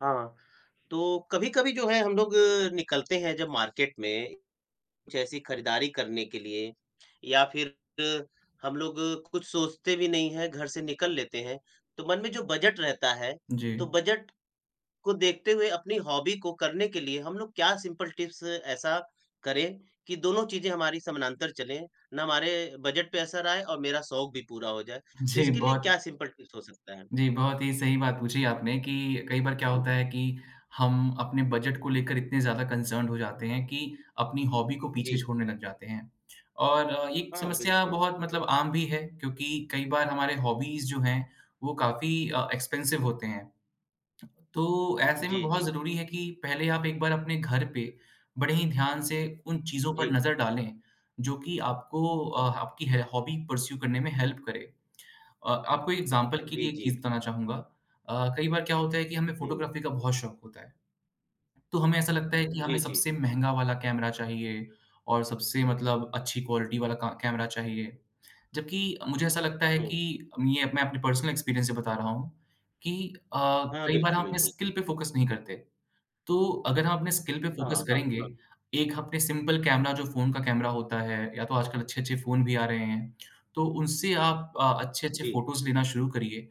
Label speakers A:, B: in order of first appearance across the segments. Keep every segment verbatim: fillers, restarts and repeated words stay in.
A: हाँ, तो कभी-कभी जो है हम लोग अ, निकलते हैं जब मार्केट में कुछ ऐसी खरीदारी करने के लिए या फिर हम लोग कुछ सोचते भी नहीं हैं, घर से निकल लेते हैं, तो मन में जो बजट रहता है,
B: जी।
A: तो बजट को देखते हुए अपनी हॉबी को करने के लिए हम लोग क्या सिंपल टिप्स ऐसा करें कि दोनों चीज़ें हमारी समानांतर चलें, ना हमारे बजट पे असर आए और मेरा शौक भी पूरा हो जाए। तो
B: जी,
A: इसके लिए
B: बहुत
A: क्या सिंपल टिप्स हो सकता है?
B: जी, बहुत ही सही बात पूछी आपने कि कई बार क्या होता है कि हम अपने बजट को लेकर इतने ज़्यादा कंसर्न्ड हो जाते हैं कि अपनी हॉबी को पीछे
A: जी,
B: छोड़ने लग जाते हैं। और अ, ये
A: हाँ,
B: समस्या
A: बिल्कुल।
B: बहुत मतलब आम भी है क्योंकि कई बार हमारे हॉबीज़ जो हैं, वो काफ़ी अ, एक्सपेंसिव होते हैं। तो ऐसे में
A: जी,
B: बहुत
A: जी।
B: ज़रूरी है कि पहले आप एक बार अपने घर पे बड़े ही ध्यान से उन चीज़ों पर
A: जी,
B: नज़र डालें, जो कि आपको अ, आपकी है हॉबी परस्यू करने में हेल्प करे। अ, आपको एग्ज़ाम्पल के
A: जी,
B: लिए एक
A: जी।
B: चीज़ बताना चाहूँगा। अ, कई बार क्या होता है कि हमें
A: हुँ।
B: फ़ोटोग्राफ़ी का बहुत शौक होता है, तो हमें ऐसा लगता है कि हमें
A: जी, जी।
B: सबसे महँगा वाला कैमरा चाहिए और सबसे मतलब अच्छी क्वालिटी वाला का कैमरा चाहिए। जबकि मुझे ऐसा लगता है कि
A: हुँ।
B: ये मैं अपने पर्सनल एक्सपीरियंस से बता रहा हूँ कि अ,
A: हाँ,
B: कई बार हम
A: बिल्कुल,
B: अपने
A: बिल्कुल।
B: स्किल पे फ़ोकस नहीं करते। तो अगर हम अपने स्किल पे
A: हाँ,
B: फोकस
A: हाँ,
B: करेंगे,
A: हाँ।
B: एक अपने सिंपल कैमरा जो फ़ोन का कैमरा होता है या तो आजकल अच्छे-अच्छे फ़ोन भी आ रहे हैं, तो उनसे आप अ, अच्छे-अच्छे
A: जी,
B: फ़ोटोज़ लेना शुरू करिए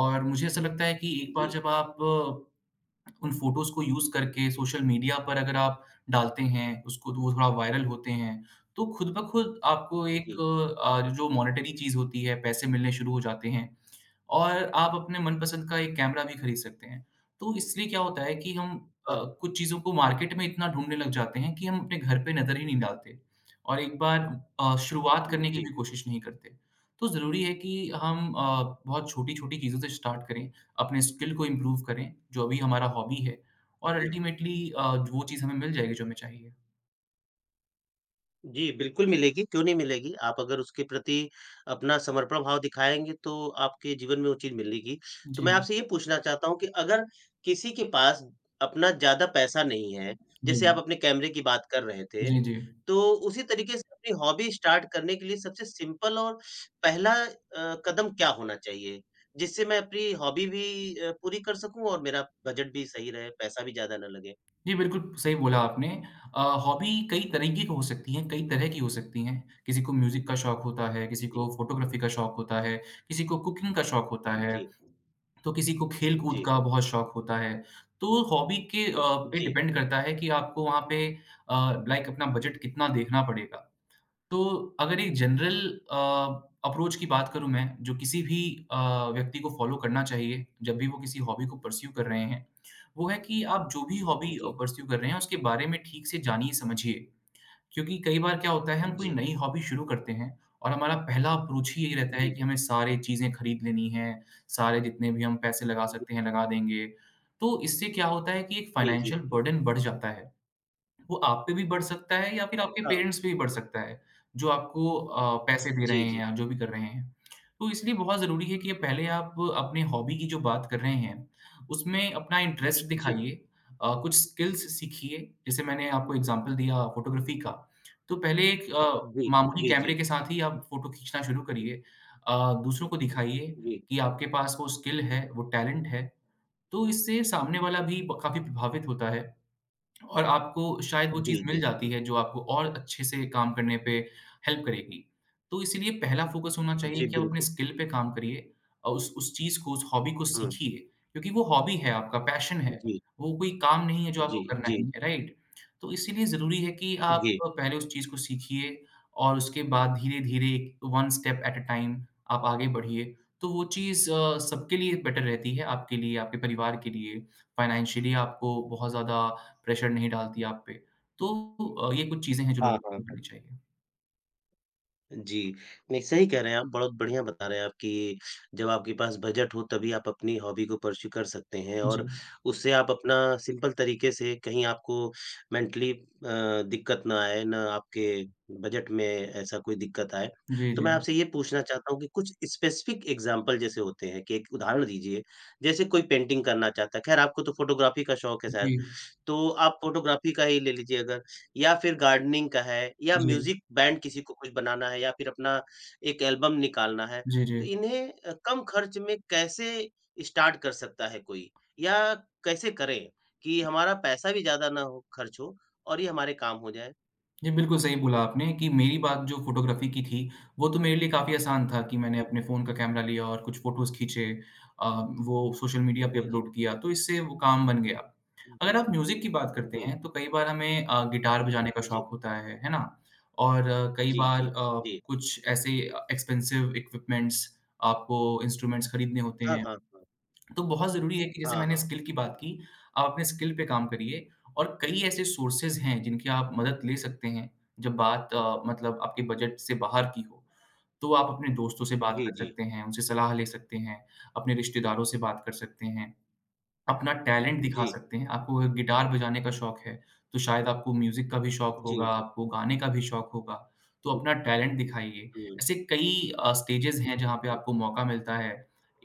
B: और मुझे ऐसा लगता है कि एक बार
A: जी,
B: जब आप अ, उन फ़ोटोज़ को यूज़ करके सोशल मीडिया पर अगर आप डालते हैं, उसको तो वो थोड़ा वायरल होते हैं, तो खुद ब खुद आपको एक
A: जी।
B: अ, जो मॉनेटरी चीज़ होती है, पैसे मिलने शुरू हो जाते हैं। और आप अपने मनपसंद का एक कैमरा भी खरीद सकते हैं। तो इसलिए क्या होता है कि हम अ,
A: हाँ,
B: कुछ चीज़ों को मार्केट में इतना ढूँढने लग जाते हैं कि हम अपने घर पे नज़र ही नहीं डालते और एक बार अ, शुरुआत
A: जी,
B: करने की भी
A: जी,
B: कोशिश नहीं करते। तो ज़रूरी है कि हम अ, बहुत छोटी-छोटी चीज़ों से स्टार्ट करें, अपने स्किल को इम्प्रूव करें, जो अभी हमारा हॉबी है और
A: जी।
B: अल्टीमेटली अ, वो चीज़ हमें मिल जाएगी जो हमें चाहिए।
A: जी, बिल्कुल मिलेगी, क्यों नहीं मिलेगी? आप अगर उसके प्रति अपना समर्पण भाव दिखाएँगे तो आपके जीवन में वो चीज़ मिलेगी। तो
B: जी।
A: मैं आपसे ये पूछना चाहता हूँ कि अगर किसी के पास अपना ज़्यादा पैसा नहीं है,
B: जी।
A: जैसे आप अपने कैमरे की बात कर रहे थे,
B: जी, जी।
A: तो उसी तरीके से अपनी हॉबी स्टार्ट करने के लिए सबसे सिंपल और पहला अ, कदम क्या होना चाहिए? जिससे मैं अपनी हॉबी भी अ, पूरी कर सकूँ और मेरा बजट भी सही रहे, पैसा भी ज़्यादा ना लगे?
B: जी, बिल्कुल सही बोला आपने। अ, हॉबी कई तरीके की हो सकती हैं, कई तरह की हो सकती हैं। किसी को म्यूज़िक का शौक होता है, किसी को
A: जी,
B: फ़ोटोग्राफ़ी का शौक होता है, किसी को कुकिंग का शौक होता है,
A: जी,
B: तो किसी को खेल-कूद
A: जी,
B: का बहुत शौक होता है। तो हॉबी के अ, पे
A: जी,
B: डिपेंड करता है कि आपको वहाँ पे अ, लाइक अपना बजट कितना देखना पड़ेगा। तो अगर एक जनरल अ, अप्रोच की बात करूँ मैं जो किसी भी अ, व्यक्ति को फॉलो करना चाहिए जब भी वो किसी हॉबी को परस्यू कर रहे हैं, वो है कि आप जो भी हॉबी अ,
A: जी,
B: परस्यू कर रहे हैं उसके बारे में ठीक से जानिए समझिए। क्योंकि कई बार क्या होता है हम कोई
A: जी,
B: नई हॉबी शुरू करते हैं और हमारा पहला अप्रोच ही यही रहता है
A: जी।
B: कि हमें सारे चीज़ें खरीद लेनी हैं, सारे जितने भी हम पैसे लगा
A: जी,
B: सकते हैं लगा देंगे। तो इससे क्या होता है कि एक
A: जी, जी,
B: फाइनेंशियल
A: जी।
B: बर्डन बढ़ जाता है। वो आप पे भी बढ़ सकता है या फिर आपके
A: हाँ,
B: पेरेंट्स पे भी बढ़ सकता है, जो आपको अ, पैसे दे रहे
A: जी,
B: हैं
A: जी,
B: या जो भी कर रहे हैं। तो इसलिए बहुत ज़रूरी है कि पहले आप अपने हॉबी की जो बात कर रहे हैं, उसमें अपना इंटरेस्ट
A: जी,
B: दिखाइए अ, कुछ स्किल्स सीखिए, जैसे मैंने आपको एग्ज़ाम्पल दिया फ़ोटोग्राफ़ी का, तो पहले एक अ,
A: जी,
B: मामूली
A: जी, जी,
B: कैमरे
A: जी,
B: के साथ ही आप फ़ोटो खींचना शुरू करिए। अ, दूसरों को दिखाइए कि आपके पास वो स्किल है, वो टैलेंट है, तो इससे सामने वाला भी ब काफ़ी प्रभावित होता है। और आपको शायद वो चीज़
A: जी, जी,
B: मिल जाती
A: जी,
B: है जो आपको और अच्छे से काम करने पे हेल्प करेगी। तो इसीलिए पहला फोकस होना चाहिए
A: जी,
B: कि आप अपने
A: बिल्कुल।
B: स्किल पे काम करिए और उस उस चीज़ को, उस हॉबी को
A: हुँ,
B: सीखिए क्योंकि वो हॉबी है, आपका पैशन है।
A: जी,
B: वो कोई काम नहीं है जो
A: जी,
B: आपको करना
A: जी,
B: ही है, राइट? तो इसीलिए ज़रूरी है कि
A: जी,
B: आप
A: जी।
B: पहले उस चीज़ को सीखिए और उसके बाद धीरे-धीरे one step at a time आप आगे बढ़िए। तो वो चीज़ अ, सबके लिए बेटर रहती है, आपके लिए, आपके परिवार के लिए, फाइनेंशियली आपको बहुत ज़्यादा प्रेशर नहीं डालती आप पे। तो अ, ये कुछ चीज़ें हैं जो लोगों
A: हाँ,
B: को
A: हाँ,
B: फॉलो
A: हाँ।
B: करनी चाहिए।
A: जी, नहीं सही कह रहे हैं आप, बहुत बढ़िया बता रहे हैं आप कि जब आपके पास बजट हो तभी आप अपनी हॉबी को पर्स्यू कर सकते हैं
B: जी।
A: और उससे आप अपना सिंपल तरीके से कहीं आपको मेंटली अ, दिक्कत ना आए, ना आपके बजट में ऐसा कोई दिक्कत आए।
B: जी,
A: तो
B: जी।
A: मैं आपसे ये पूछना चाहता हूँ कि कुछ स्पेसिफिक एग्ज़ाम्पल जैसे होते हैं कि एक उदाहरण दीजिए, जैसे कोई पेंटिंग करना चाहता है, ख़ैर आपको तो फ़ोटोग्राफ़ी का शौक है
B: जी।
A: शायद, तो आप फ़ोटोग्राफ़ी का ही ले लीजिए अगर या फिर गार्डनिंग का है या
B: जी।
A: म्यूज़िक बैंड किसी को कुछ बनाना है या फिर अपना एक एल्बम निकालना है,
B: जी, जी।
A: तो इन्हें अ, कम खर्च में कैसे स्टार्ट कर सकता है कोई? या कैसे करें कि हमारा पैसा भी ज़्यादा ना हो खर्च हो और ये हमारे काम हो जाए?
B: जी, बिल्कुल सही बोला आपने कि मेरी बात जो फ़ोटोग्राफ़ी की थी, वो तो मेरे लिए काफ़ी आसान था कि मैंने
A: जी,
B: अपने फ़ोन का कैमरा लिया और कुछ फ़ोटोज़ खींचे अ, वो सोशल मीडिया पे
A: जी, जी,
B: अपलोड किया, तो इससे वो काम बन गया।
A: जी,
B: अगर आप म्यूज़िक की बात करते
A: जी,
B: हैं, तो कई बार हमें अ, गिटार बजाने का शौक
A: जी,
B: होता है, है ना? और अ, कई
A: जी,
B: बार
A: जी,
B: अ,
A: जी।
B: कुछ ऐसे एक्सपेंसिव इक्विपमेंट्स आपको इंस्ट्रूमेंट्स खरीदने होते
A: हाँ,
B: हैं।
A: हाँ, हाँ।
B: तो बहुत ज़रूरी है कि जैसे
A: हाँ,
B: मैंने
A: हाँ।
B: स्किल की बात की, आप अपने स्किल पे काम करिए और कई ऐसे सोर्सेज़ हैं जिनकी आप मदद ले सकते हैं, जब बात अ, मतलब आपके बजट से बाहर की हो। तो आप अपने दोस्तों से बात
A: जी,
B: कर
A: जी,
B: सकते हैं, उनसे सलाह ले सकते हैं, अपने रिश्तेदारों से बात कर सकते हैं। अपना टैलेंट दिखा
A: जी,
B: सकते हैं। आपको अगर गिटार बजाने का शौक है, तो शायद आपको म्यूज़िक का भी शौक होगा,
A: जी, जी,
B: आपको गाने का भी शौक होगा, तो
A: जी,
B: अपना टैलेंट दिखाइए।
A: हुँ,
B: ऐसे कई अ, स्टेजेज़ हैं जहाँ पे
A: जी।
B: आपको मौका मिलता है।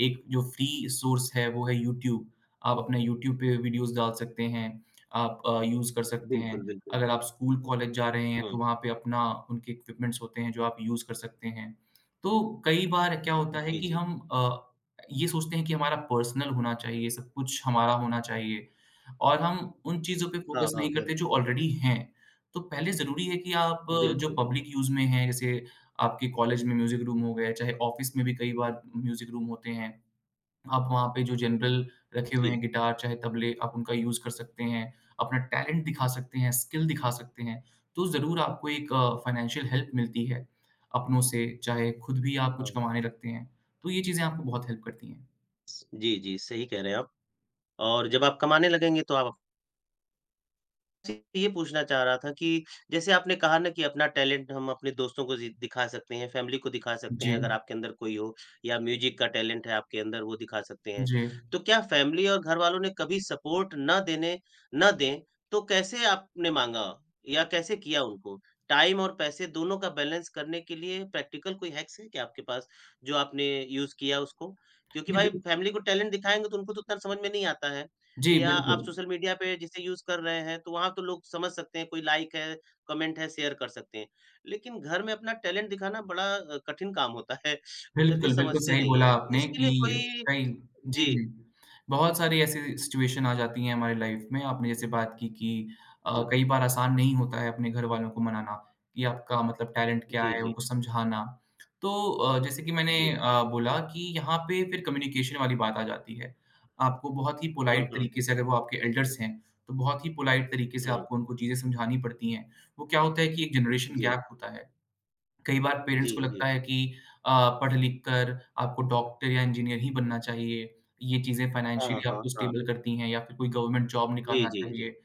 B: एक जो फ्री सोर्स है वो है यूट्यूब। आप अपने यूट्यूब पे वीडियोज़ डाल सकते हैं, आप अ, यूज़ कर सकते
A: बिल्कुल,
B: हैं।
A: बिल्कुल।
B: अगर आप स्कूल, कॉलेज जा रहे हैं
A: हुँ,
B: तो वहाँ पे अपना उनके इक्विपमेंट्स होते हैं जो आप यूज़ कर सकते हैं। तो कई बार क्या होता है
A: जी,
B: कि
A: जी।
B: हम अ ये सोचते हैं कि हमारा पर्सनल होना चाहिए, सब कुछ हमारा होना चाहिए और हम उन चीज़ों पे
A: हाँ,
B: फ़ोकस
A: हाँ,
B: नहीं
A: हाँ।
B: करते जो ऑलरेडी हैं। तो पहले ज़रूरी है कि आप जो
A: बिल्कुल, बिल्कुल।
B: पब्लिक यूज़ में हैं, जैसे आपके कॉलेज में म्यूज़िक रूम हो गए, चाहे ऑफ़िस में भी कई बार म्यूज़िक रूम होते हैं। आप वहाँ पे जो जनरल रखे हुए
A: जी,
B: हैं गिटार चाहे तबले, आप उनका यूज़ कर सकते हैं, अपना टैलेंट दिखा सकते हैं, स्किल दिखा सकते हैं। तो ज़रूर आपको एक फाइनेंशियल हेल्प मिलती है अपनों से, चाहे खुद भी आप कुछ
A: हाँ।
B: कमाने लगते हैं। तो ये चीज़ें आपको बहुत हेल्प करती हैं।
A: जी, जी, सही कह रहे हैं आप और जब आप कमाने लगेंगे तो आप से ये पूछना चाह रहा था कि जैसे आपने कहा ना कि अपना टैलेंट हम अपने दोस्तों को जी दिखा सकते हैं, फैमिली को दिखा सकते हैं अगर
B: जी,
A: आपके अंदर कोई हो या म्यूज़िक का टैलेंट है आपके अंदर वो दिखा सकते हैं।
B: जी।
A: तो क्या फैमिली और घरवालों ने कभी सपोर्ट ना देने ना दें, तो कैसे आपने माँगा या कैसे किया उनको? टाइम और पैसे दोनों का बैलेंस करने के लिए प्रैक्टिकल कोई हैक्स है क्या आपके पास, जो आपने यूज़ किया उसको? क्योंकि
B: जी,
A: भाई
B: बिल्क
A: फैमिली को टैलेंट दिखाएँगे तो उनको तो उतना समझ में नहीं आता है।
B: जी,
A: या
B: बिल्कुल।
A: आप सोशल मीडिया पे जिसे यूज़ कर रहे हैं, तो वहाँ तो लोग समझ सकते हैं, कोई लाइक है, कमेंट है, शेयर कर सकते हैं। लेकिन घर में अपना टैलेंट दिखाना बड़ा अ, कठिन काम होता है, वो जल्दी
B: बिल्कुल, बिल्कुल
A: समझते
B: सही
A: नहीं
B: बोला
A: हैं। तो
B: आपने
A: इसके
B: कि
A: लिए कोई
B: कई जी,
A: जी,
B: जी। बहुत सारी ऐसी सिचुएशन आ जाती हैं हमारी लाइफ़ में। आपने जैसे बात की कि अ,
A: जी,
B: कई बार आसान नहीं होता है अपने घरवालों को मनाना कि आपका मतलब टैलेंट क्या
A: जी,
B: है,
A: जी,
B: उनको समझाना। तो अ, जैसे कि मैंने
A: जी।
B: अ, बोला कि यहाँ पे फिर कम्युनिकेशन वाली बात आ जाती है। आपको बहुत ही
A: हुँ,
B: पोलाइट
A: हुँ,
B: तरीके
A: हुँ,
B: से अगर वो आपके एल्डर्स हैं, तो बहुत ही पोलाइट तरीके से
A: हुँ।
B: आपको उनको चीज़ें समझानी पड़ती हैं। वो क्या होता है कि एक जनरेशन
A: जी,
B: गैप होता है। कई बार पेरेंट्स
A: जी,
B: को
A: जी।
B: लगता है कि अ, पढ़ लिख कर आपको डॉक्टर या इंजीनियर ही बनना चाहिए। ये चीज़ें
A: हाँ,
B: फाइनेंशियली
A: हाँ,
B: आपको
A: हाँ।
B: स्टेबल करती हैं या फिर कोई गवर्नमेंट जॉब
A: जी,
B: निकालना
A: जी, जी।
B: चाहिए।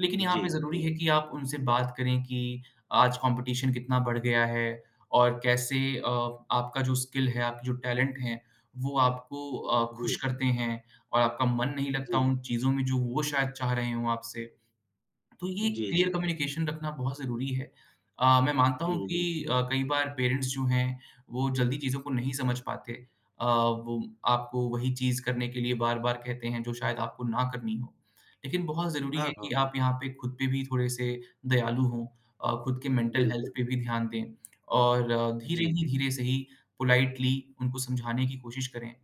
B: लेकिन यहाँ
A: जी,
B: पे ज़रूरी
A: जी,
B: है कि आप उनसे बात करें कि आज कॉम्पिटिशन कितना बढ़ गया है और कैसे अ, आपका जो स्किल है, आपके जो टैलेंट हैं, वो आपको अ, खुश
A: जी,
B: करते हैं और आपका मन नहीं लगता उन चीज़ों में जो वो शायद चाह रहे हों आपसे। तो ये
A: जी, जी,
B: क्लियर
A: जी।
B: कम्युनिकेशन रखना बहुत ज़रूरी है। अ, मैं मानता हूँ
A: हुँ,
B: कि
A: हुँ।
B: अ, कई बार पेरेंट्स जो हैं, वो जल्दी चीज़ों को नहीं समझ पाते। अ, वो आपको वही चीज़ करने के लिए बार-बार कहते हैं, जो शायद आपको ना करनी हो। लेकिन बहुत ज़रूरी
A: हाँ,
B: है कि
A: हाँ, हाँ।
B: आप यहाँ पे खुद पे भी थोड़े से दयालु हों अ, खुद के मेंटल हेल्थ
A: बिल्कुल।
B: पे भी ध्यान दें और अ, धीरे
A: जी,
B: ही
A: जी।
B: धीरे से ही पोलाइटली उनको समझाने की कोशिश करें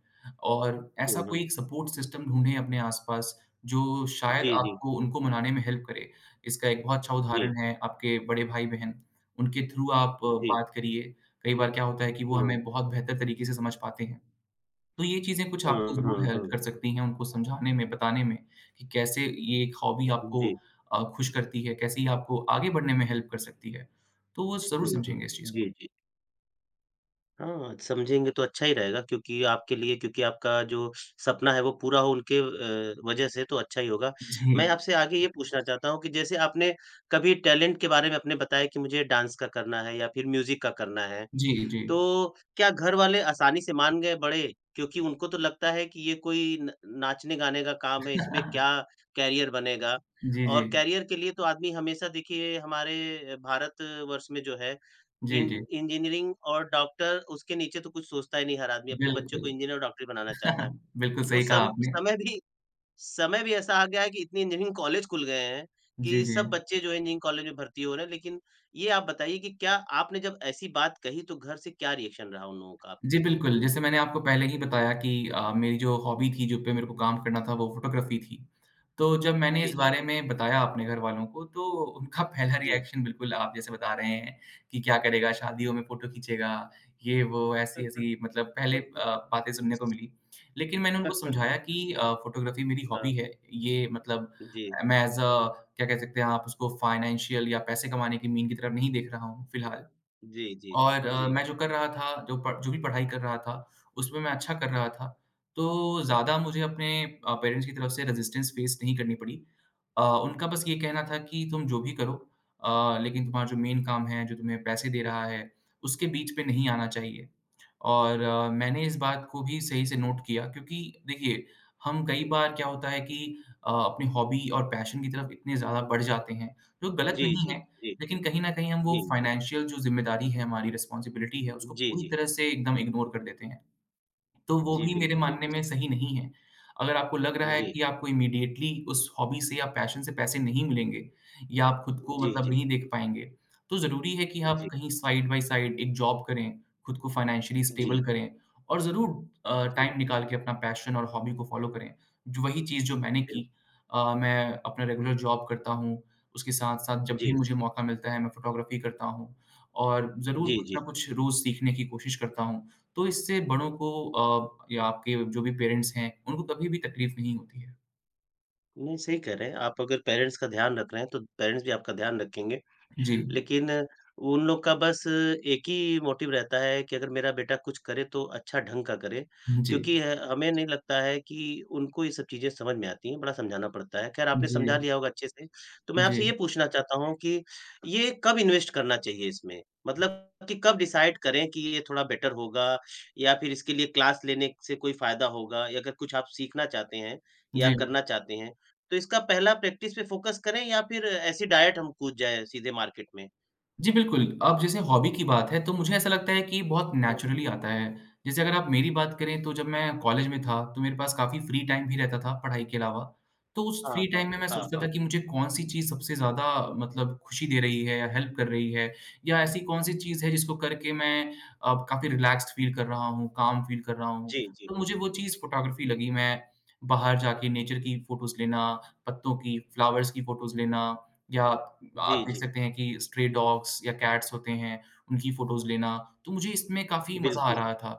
B: और ऐसा
A: हुँ,
B: कोई
A: हुँ।
B: एक सपोर्ट सिस्टम ढूँढें अपने आस-पास, जो शायद
A: जी, जी,
B: आपको उनको मनाने में हेल्प करे। इसका एक बहुत अच्छा
A: जी,
B: उदाहरण है आपके बड़े भाई-बहन, उनके थ्रू आप
A: जी।
B: बात करिए। कई बार क्या होता है कि वो
A: हुँ।
B: हमें बहुत बेहतर तरीके से समझ पाते हैं। तो ये चीज़ें कुछ
A: हुँ,
B: आपको ज़रूर
A: हुँ,
B: हेल्प
A: हुँ।
B: कर सकती हैं उनको समझाने में, बताने में कि कैसे ये एक हॉबी आपको
A: जी।
B: अ, खुश करती है, कैसे ये आपको आगे बढ़ने में हेल्प कर सकती है। तो वो ज़रूर
A: हुँ, हुँ।
B: समझेंगे इस चीज़ को।
A: जी, जी। हाँ, समझेंगे तो अच्छा ही रहेगा क्योंकि आपके लिए क्योंकि आपका जो सपना है वो पूरा हो उनके अ, वजह से तो अच्छा ही होगा।
B: जी।
A: मैं आपसे आगे ये पूछना चाहता हूँ कि जैसे आपने कभी टैलेंट के बारे में आपने बताया कि मुझे डांस का करना है या फिर म्यूज़िक का करना है।
B: जी, जी।
A: तो क्या घर वाले आसानी से मान गए बड़े? क्योंकि उनको तो लगता है कि ये कोई न नाचने-गाने का काम है, इसमें क्या करियर बनेगा?
B: जी, जी।
A: और करियर के लिए तो आदमी हमेशा देखिए हमारे भारतवर्ष में जो है
B: जी,
A: इंज
B: जी।
A: इंजीनियरिंग और डॉक्टर उसके नीचे तो कुछ सोचता ही नहीं हर आदमी, अपने बच्चों
B: बिल्कुल।
A: को इंजीनियर और डॉक्टर बनाना चाहता है।
B: बिल्कुल
A: तो
B: सही कहा
A: सम
B: आपने।
A: समय भी समय भी ऐसा आ गया है कि इतने इंजीनियरिंग कॉलेज खुल गए हैं
B: जी,
A: कि
B: जी।
A: सब बच्चे जो है इंजीनियरिंग कॉलेज में भर्ती हो रहे हैं। लेकिन ये आप बताइए कि क्या आपने जब ऐसी बात कही तो घर से क्या रिएक्शन रहा उन लोगों का आपके
B: जी,
A: प्रति?
B: बिल्कुल। जैसे मैंने आपको पहले ही बताया कि अ, मेरी जो हॉबी थी, जो पे मेरे को काम करना था, वो फ़ोटोग्राफ़ी थी। तो जब मैंने
A: जी,
B: इस
A: जी,
B: बारे में बताया अपने घरवालों को, तो उनका पहला
A: जी।
B: रिएक्शन बिल्कुल आप जैसे बता रहे हैं कि क्या करेगा, शादियों में फ़ोटो खींचेगा, ये वो, ऐसी-ऐसी मतलब पहले अ, बातें सुनने को मिली। लेकिन मैंने उनको समझाया कि अ, फ़ोटोग्राफ़ी मेरी
A: हाँ,
B: हॉबी है। ये मतलब
A: जी,
B: मैं एज़ अ क्या कह सकते हैं आप उसको फाइनेंशियल या पैसे कमाने की मीन की तरफ नहीं देख रहा हूँ, फिलहाल।
A: जी, जी,
B: और अ,
A: जी,
B: मैं जो कर रहा था, जो प जो भी पढ़ाई कर रहा था, उसमें मैं अच्छा कर रहा था। तो ज़्यादा मुझे अपने अ, पेरेंट्स की तरफ से रेज़िस्टेंस फ़ेस नहीं करनी पड़ी। अ, उनका बस ये कहना था कि तुम जो भी करो अ, लेकिन तुम्हारा जो मेन काम है, जो तुम्हें पैसे दे रहा है, उसके बीच में नहीं आना चाहिए। और अ, मैंने इस बात को भी सही से नोट किया क्योंकि देखिए, हम कई बार क्या होता है कि अ, अपनी हॉबी और पैशन की तरफ इतने ज़्यादा बढ़ जाते हैं, जो गलत
A: जी,
B: नहीं
A: जी,
B: है।
A: जी,
B: लेकिन कहीं न कहीं हम वो
A: जी, जी,
B: फाइनेंशियल जो ज़िम्मेदारी है, हमारी रिस्पॉन्सिबिलिटी है, उसको
A: जी,
B: पूरी
A: जी,
B: तरह से एकदम इग्नोर कर देते हैं। तो वो
A: जी,
B: भी मेरे
A: बिल्कुल,
B: मानने
A: बिल्कुल।
B: में सही नहीं है। अगर आपको लग रहा है हुँ।
A: जी,
B: कि आपको इमीडिएटली उस हॉबी से या पैशन से पैसे नहीं मिलेंगे या आप खुद को
A: जी,
B: मतलब
A: जी,
B: नहीं देख पाएँगे, तो ज़रूरी है कि आप
A: जी,
B: कहीं साइड बाय साइड एक जॉब करें, खुद को फाइनेंशियली
A: जी,
B: स्टेबल करें और ज़रूर अ,
A: जी,
B: टाइम निकाल के अपना पैशन और हॉबी को फ़ॉलो करें। जो वही चीज़ जो मैंने
A: बिल
B: की अ, मैं अपना रेगुलर जॉब करता हूँ, उसके साथ-साथ जब भी
A: जी,
B: मुझे मौका मिलता है मैं फ़ोटोग्राफ़ी करता हूँ और ज़रूर
A: जी,
B: कुछ
A: जी।
B: ना कुछ रोज़ सीखने की कोशिश करता हूँ। तो इससे बड़ों को अ, या आपके जो भी पेरेंट्स हैं, उनको कभी भी तकलीफ नहीं होती है।
A: नहीं, सही कह रहे हैं। आप अगर पेरेंट्स का ध्यान रख रहे हैं तो पेरेंट्स भी आपका ध्यान रखेंगे।
B: जी।
A: लेकिन उन लोग का बस एक ही मोटिव रहता है कि अगर मेरा बेटा कुछ करे तो अच्छा ढंग का करे,
B: जी।
A: क्योंकि ह हमें नहीं लगता है कि उनको ये सब चीज़ें समझ में आती हैं, बड़ा समझाना पड़ता है। ख़ैर आपने
B: जी।
A: समझा लिया होगा अच्छे से, तो मैं
B: जी।
A: आपसे ये
B: जी।
A: पूछना चाहता हूँ कि ये कब इन्वेस्ट करना चाहिए इसमें? मतलब कि कब डिसाइड करें कि ये थोड़ा बेटर होगा या फिर इसके लिए क्लास लेने से कोई फ़ायदा होगा या अगर कुछ आप सीखना चाहते हैं या
B: जी।
A: करना चाहते हैं, तो इसका पहला प्रैक्टिस पे फ़ोकस करें या फिर ऐसी डायरेक्ट हम कूद जाएँ सीधे मार्केट में?
B: जी, बिल्कुल। अब जैसे हॉबी की बात है, तो मुझे ऐसा लगता है कि बहुत
A: हुँ,
B: नेचुरली आता है। जैसे अगर आप मेरी बात करें, तो जब मैं कॉलेज में था, तो मेरे पास काफ़ी फ्री टाइम भी रहता था पढ़ाई के अलावा। तो उस
A: हाँ,
B: फ्री
A: हाँ,
B: टाइम में मैं
A: हाँ,
B: सोचता था
A: हाँ।
B: कि मुझे कौन-सी चीज़ सबसे ज़्यादा मतलब खुशी दे रही है या हेल्प कर रही है या
A: हाँ।
B: ऐसी कौन-सी चीज़ है जिसको करके मैं अब काफ़ी रिलैक्स्ड फ़ील कर रहा हूँ, काम फ़ील कर रहा हूँ।
A: जी, जी।
B: तो मुझे वो चीज़ फ़ोटोग्राफ़ी लगी। मैं बाहर जाके नेचर की फ़ोटोज़ लेना, पत्तों की, फ्लावर्स की फ़ोटोज़ लेना या आप
A: जी,
B: देख
A: जी,
B: सकते हैं कि स्ट्रे डॉग्स या कैट्स होते हैं, उनकी फ़ोटोज़ लेना, तो मुझे इसमें काफ़ी मज़ा आ
A: बिल्कुल।
B: रहा था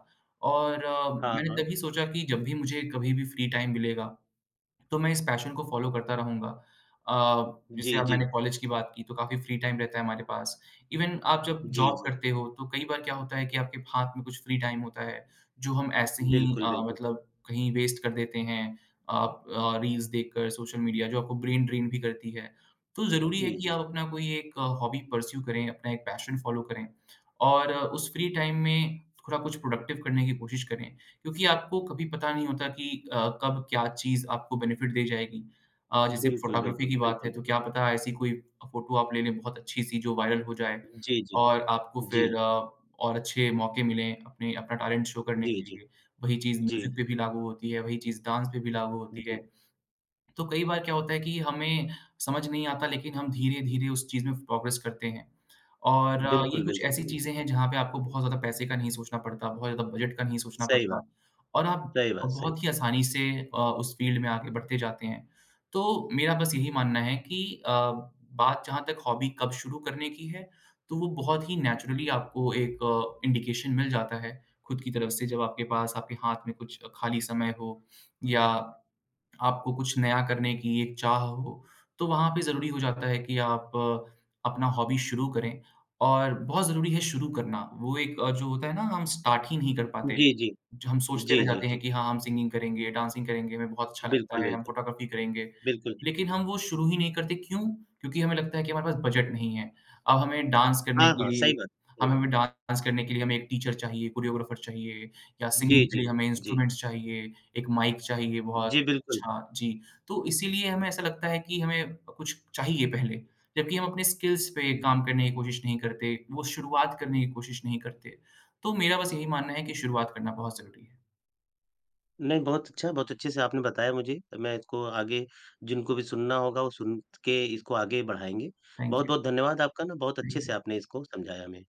B: और अ,
A: हाँ,
B: मैंने
A: हाँ।
B: तभी सोचा कि जब भी मुझे कभी भी फ्री टाइम मिलेगा तो मैं इस पैशन को फ़ॉलो करता रहूँगा। अ, जैसे
A: जी,
B: अब
A: जी।
B: मैंने कॉलेज की बात की तो काफ़ी फ्री टाइम रहता है हमारे पास। इवन आप जब
A: जी,
B: जॉब
A: जी।
B: करते हो तो कई बार क्या होता है कि आपके हाथ में कुछ फ्री टाइम होता है जो हम ऐसे ही
A: बिल्कुल,
B: अ,
A: बिल्कुल।
B: मतलब कहीं वेस्ट कर देते हैं। आप अ, रील्स देखकर सोशल मीडिया जो आपको ब्रेन ड्रेन भी करती है। तो ज़रूरी है
A: जी,
B: कि
A: जी।
B: आप अपना कोई एक हॉबी परस्यू करें, अपना एक पैशन फ़ॉलो करें और अ, उस फ्री टाइम में थोड़ा कुछ प्रोडक्टिव करने की कोशिश करें। क्योंकि आपको कभी पता नहीं होता कि अ, कब क्या चीज़ आपको बेनिफिट दे जाएगी। अ, जैसे
A: बिल्कुल,
B: फ़ोटोग्राफ़ी
A: बिल्कुल,
B: की बात है,
A: बिल्कुल।
B: तो क्या पता ऐसी कोई फ़ोटो आप ले लें बहुत अच्छी-सी जो वायरल हो जाए
A: जी, जी।
B: और आपको
A: जी,
B: फिर अ, और अच्छे मौके मिलें अपने अपना टैलेंट शो करने
A: जी,
B: के
A: जी,
B: लिए। वही चीज़
A: जी,
B: म्यूज़िक पे भी लागू होती है, वही चीज़ डांस पे भी लागू होती है।
A: जी।
B: तो कई बार क्या होता है कि हमें समझ नहीं आता लेकिन हम धीरे-धीरे उस चीज़ में प्रोग्रेस करते हैं। और अ, ये
A: बिल्कुल,
B: कुछ
A: बिल्कुल,
B: ऐसी
A: बिल्कुल।
B: चीज़ें हैं जहाँ पे आपको बहुत ज़्यादा पैसे का नहीं सोचना पड़ता, बहुत ज़्यादा बजट का नहीं सोचना
A: सही
B: पड़ता
A: बात,
B: और आप
A: सही बात, सही।
B: बहुत ही आसानी से अ, उस फ़ील्ड में आगे बढ़ते जाते हैं। तो मेरा बस यही मानना है कि अ, बात जहाँ तक हॉबी कब शुरू करने की है, तो वो बहुत ही नेचुरली आपको एक अ, इंडिकेशन मिल जाता है खुद की तरफ से जब आपके पास आपके हाथ में कुछ खाली समय हो या आपको कुछ नया करने की एक चाह हो, तो वहाँ पे ज़रूरी हो जाता है कि आप अपना हॉबी शुरू करें और बहुत ज़रूरी है शुरू करना। वो एक अ, जो होता है ना हम स्टार्ट ही नहीं कर पाते।
A: जी, जी।
B: जो हम सोचते
A: जी,
B: रह
A: जी,
B: जाते
A: जी।
B: हैं कि हाँ, हम सिंगिंग करेंगे, डांसिंग करेंगे, हमें बहुत अच्छा लगता
A: बिल्कुल,
B: है, हम
A: बिल्कुल,
B: फ़ोटोग्राफ़ी करेंगे।
A: बिल्कुल।
B: लेकिन हम वो शुरू ही नहीं करते क्यों? क्योंकि हमें लगता है कि हमारे पास बजट नहीं है। अब हमें डांस करने
A: हाँ,
B: के
A: हाँ,
B: लिए
A: सही बात, सही
B: हम
A: बात।
B: हमें डांस करने के लिए हमें एक टीचर चाहिए, कोरियोग्राफ़र चाहिए या
A: जी,
B: सिंगिंग के
A: जी,
B: लिए हमें
A: जी।
B: इंस्ट्रूमेंट्स चाहिए, एक माइक चाहिए
A: जी,
B: बहुत।
A: बिल्कुल।
B: अच्छा, जी। तो इसीलिए हमें ऐसा लगता है कि हमें कुछ चाहिए पहले, जबकि हम अपने स्किल्स पे काम करने की कोशिश नहीं करते, वो शुरुआत करने की कोशिश नहीं करते। तो मेरा बस यही मानना है कि शुरुआत करना बहुत ज़रूरी है।
A: नहीं, बहुत अच्छा, बहुत अच्छे से आपने बताया मुझे। मैं इसको आगे जिनको भी सुनना होगा, वो सुन के इसको आगे बढ़ाएँगे।
B: थैंक यू,
A: बहुत-बहुत धन्यवाद आपका ना, बहुत अच्छे
B: थैंक
A: से
B: यू।
A: आपने इसको समझाया हमें।